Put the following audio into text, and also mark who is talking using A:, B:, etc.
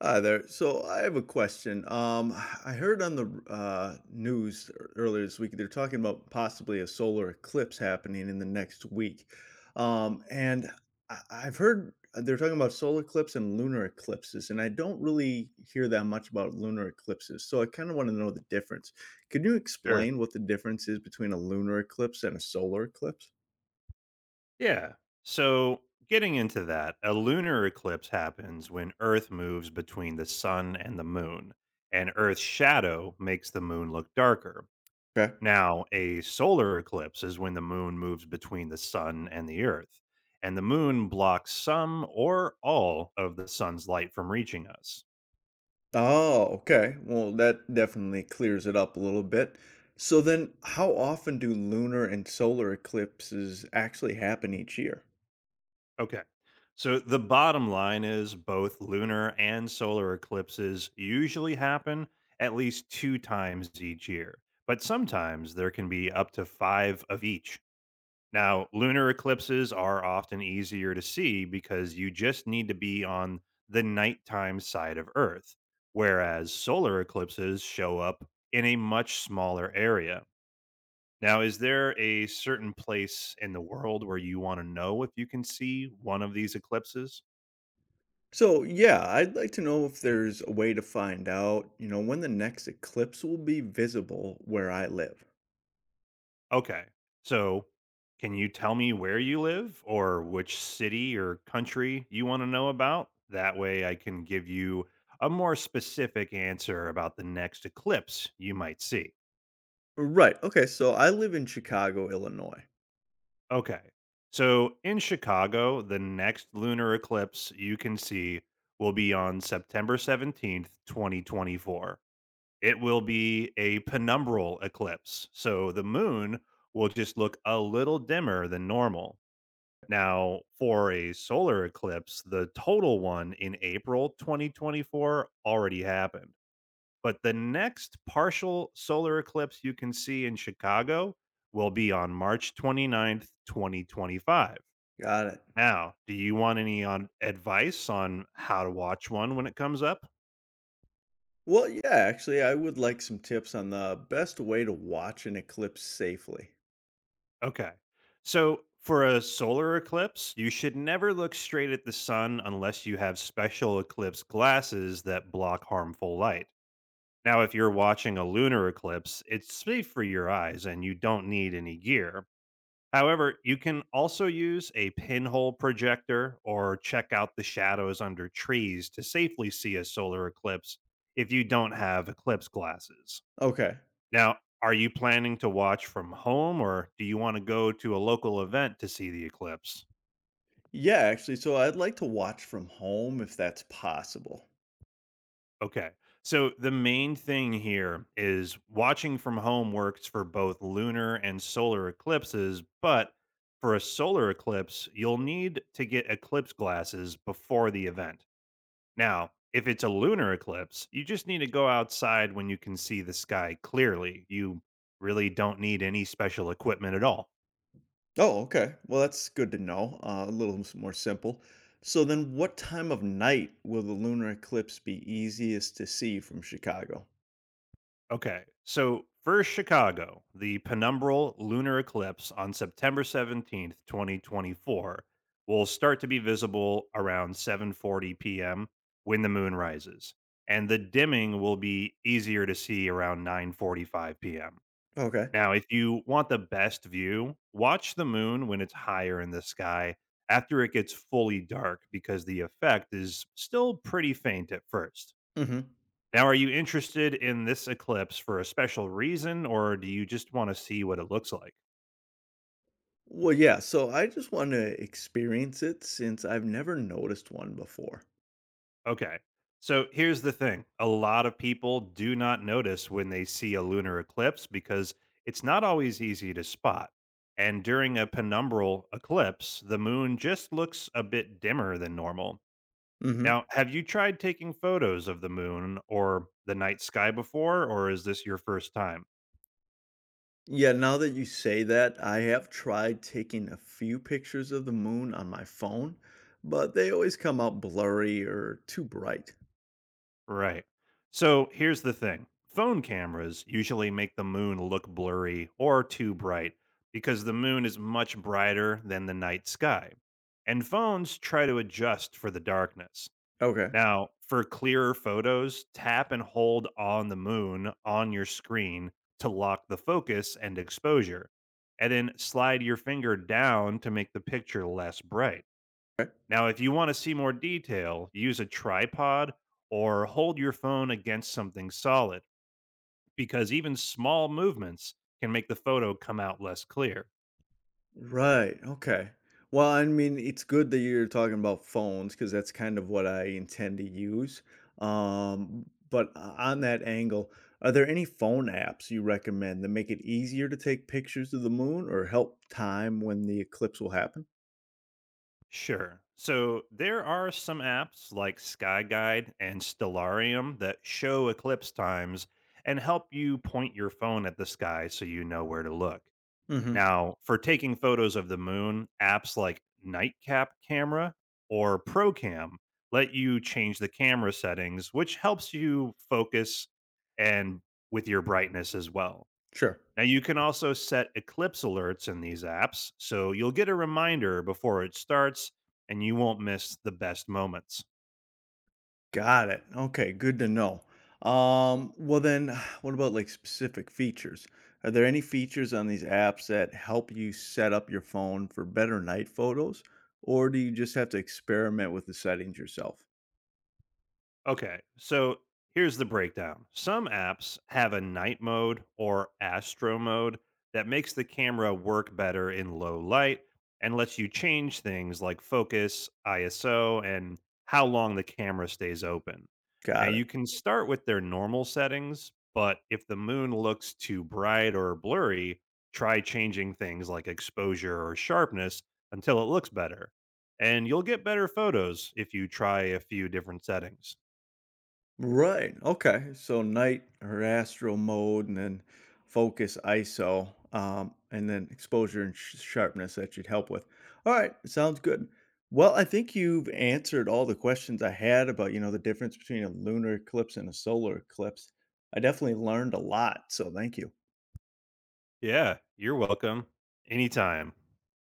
A: Hi there. So I have a question. I heard on the earlier this week they're talking about possibly a solar eclipse happening in the next week, um, and I've heard they're talking about solar eclipse and lunar eclipses, and I don't really hear that much about lunar eclipses. So I kind of want to know the difference. Could you
B: Sure.
A: explain what the difference is between a lunar eclipse and a solar eclipse?
B: Yeah. So, getting into that, a lunar eclipse happens when Earth moves between the sun and the moon, and Earth's shadow makes the moon look darker. Now, a solar eclipse is when the moon moves between the sun and the Earth, and the moon blocks some or all of the sun's light from reaching us.
A: Oh, okay. Well, that definitely clears it up a little bit. So then, how often do lunar and solar eclipses actually happen each year?
B: Okay. So the bottom line is both lunar and solar eclipses usually happen at least two times each year, but sometimes there can be up to five of each. Now, lunar eclipses are often easier to see because you just need to be on the nighttime side of Earth, whereas solar eclipses show up in a much smaller area. Now, is there a certain place in the world where you wanna know if you can see one of these eclipses?
A: So, yeah, I'd like to know if there's a way to find out, you know, when the next eclipse will be visible where I live.
B: Okay. So, can you tell me where you live or which city or country you wanna know about? That way I can give you a more specific answer about the next eclipse you might see.
A: Right. Okay, so I live in Chicago, Illinois.
B: Okay. So, in Chicago, the next lunar eclipse you can see will be on September 17th, 2024. It will be a penumbral eclipse. So the moon will just look a little dimmer than normal. Now, for a solar eclipse, the total one in April 2024 already happened. But the next partial solar eclipse you can see in Chicago will be on March 29th, 2025.
A: Got it.
B: Now, do you want any on advice on how to watch one when it comes up?
A: Well, yeah, actually, I would like some tips on the best way to watch an eclipse safely.
B: Okay. So for a solar eclipse, you should never look straight at the sun unless you have special eclipse glasses that block harmful light. Now, if you're watching a lunar eclipse, it's safe for your eyes and you don't need any gear. However, you can also use a pinhole projector or check out the shadows under trees to safely see a solar eclipse if you don't have eclipse glasses.
A: Okay.
B: Now, are you planning to watch from home or do you want to go to a local event to see the eclipse?
A: Yeah, actually, so I'd like to watch from home if that's possible.
B: Okay. So the main thing here is watching from home works for both lunar and solar eclipses, but for a solar eclipse, you'll need to get eclipse glasses before the event. Now, if it's a lunar eclipse, you just need to go outside when you can see the sky clearly. You really don't need any special equipment at all.
A: Oh, okay. Well, that's good to know. A little more simple. So then what time of night will the lunar eclipse be easiest to see from Chicago?
B: Okay. So for Chicago, the penumbral lunar eclipse on September 17th, 2024 will start to be visible around 7:40 p.m. when the moon rises, and the dimming will be easier to see around 9:45 p.m.
A: Okay.
B: Now, if you want the best view, watch the moon when it's higher in the sky after it gets fully dark because the effect is still pretty faint at first.
A: Hmm.
B: Now, are you interested in this eclipse for a special reason, or do you just want to see what it looks like?
A: Well, yeah, so I just want to experience it since I've never noticed one before.
B: Okay. So here's the thing: a lot of people do not notice when they see a lunar eclipse because it's not always easy to spot. And during a penumbral eclipse, the moon just looks a bit dimmer than normal.
A: Hmm.
B: Now, have you tried taking photos of the moon or the night sky before, or is this your first time?
A: Yeah, now that you say that, I have tried taking a few pictures of the moon on my phone, but they always come out blurry or too bright.
B: Right. So here's the thing: phone cameras usually make the moon look blurry or too bright because the moon is much brighter than the night sky. And phones try to adjust for the darkness.
A: Okay.
B: Now, for clearer photos, tap and hold on the moon on your screen to lock the focus and exposure, and then slide your finger down to make the picture less bright.
A: Right.
B: Now, if you want to see more detail, use a tripod or hold your phone against something solid because even small movements can make the photo come out less clear.
A: Right, okay. Well, I mean, it's good that you're talking about phones because that's kind of what I intend to use. But o On that angle, are there any phone apps you recommend that make it easier to take pictures of the moon or help time when the eclipse will happen?
B: Sure. So there are some apps like Skyguide and Stellarium that show eclipse times and help you point your phone at the sky so you know where to look.
A: Mhm.
B: Now, for taking photos of the moon, apps like Nightcap Camera or Procam let you change the camera settings, which helps you focus and with your brightness as well.
A: Sure.
B: Now, you can also set eclipse alerts in these apps, so you'll get a reminder before it starts and you won't miss the best moments.
A: Got it. Okay, good to know. Well then, what about like specific features? Are there any features on these apps that help you set up your phone for better night photos, or do you just have to experiment with the settings yourself?
B: Okay, so here's the breakdown. Some apps have a night mode or astro mode that makes the camera work better in low light and lets you change things like focus, ISO, and how long the camera stays open. Now,
A: Got it.
B: you can start with their normal settings, but if the moon looks too bright or blurry, try changing things like exposure or sharpness until it looks better. And you'll get better photos if you try a few different settings.
A: Right. Okay. So night or astral mode, and then focus ISO, and then exposure and sharpness that you'd help with. All right. Sounds good. Well, I think you've answered all the questions I had about the difference between a lunar eclipse and a solar eclipse. I definitely learned a lot. So thank you.
B: Yeah, you're welcome. Anytime.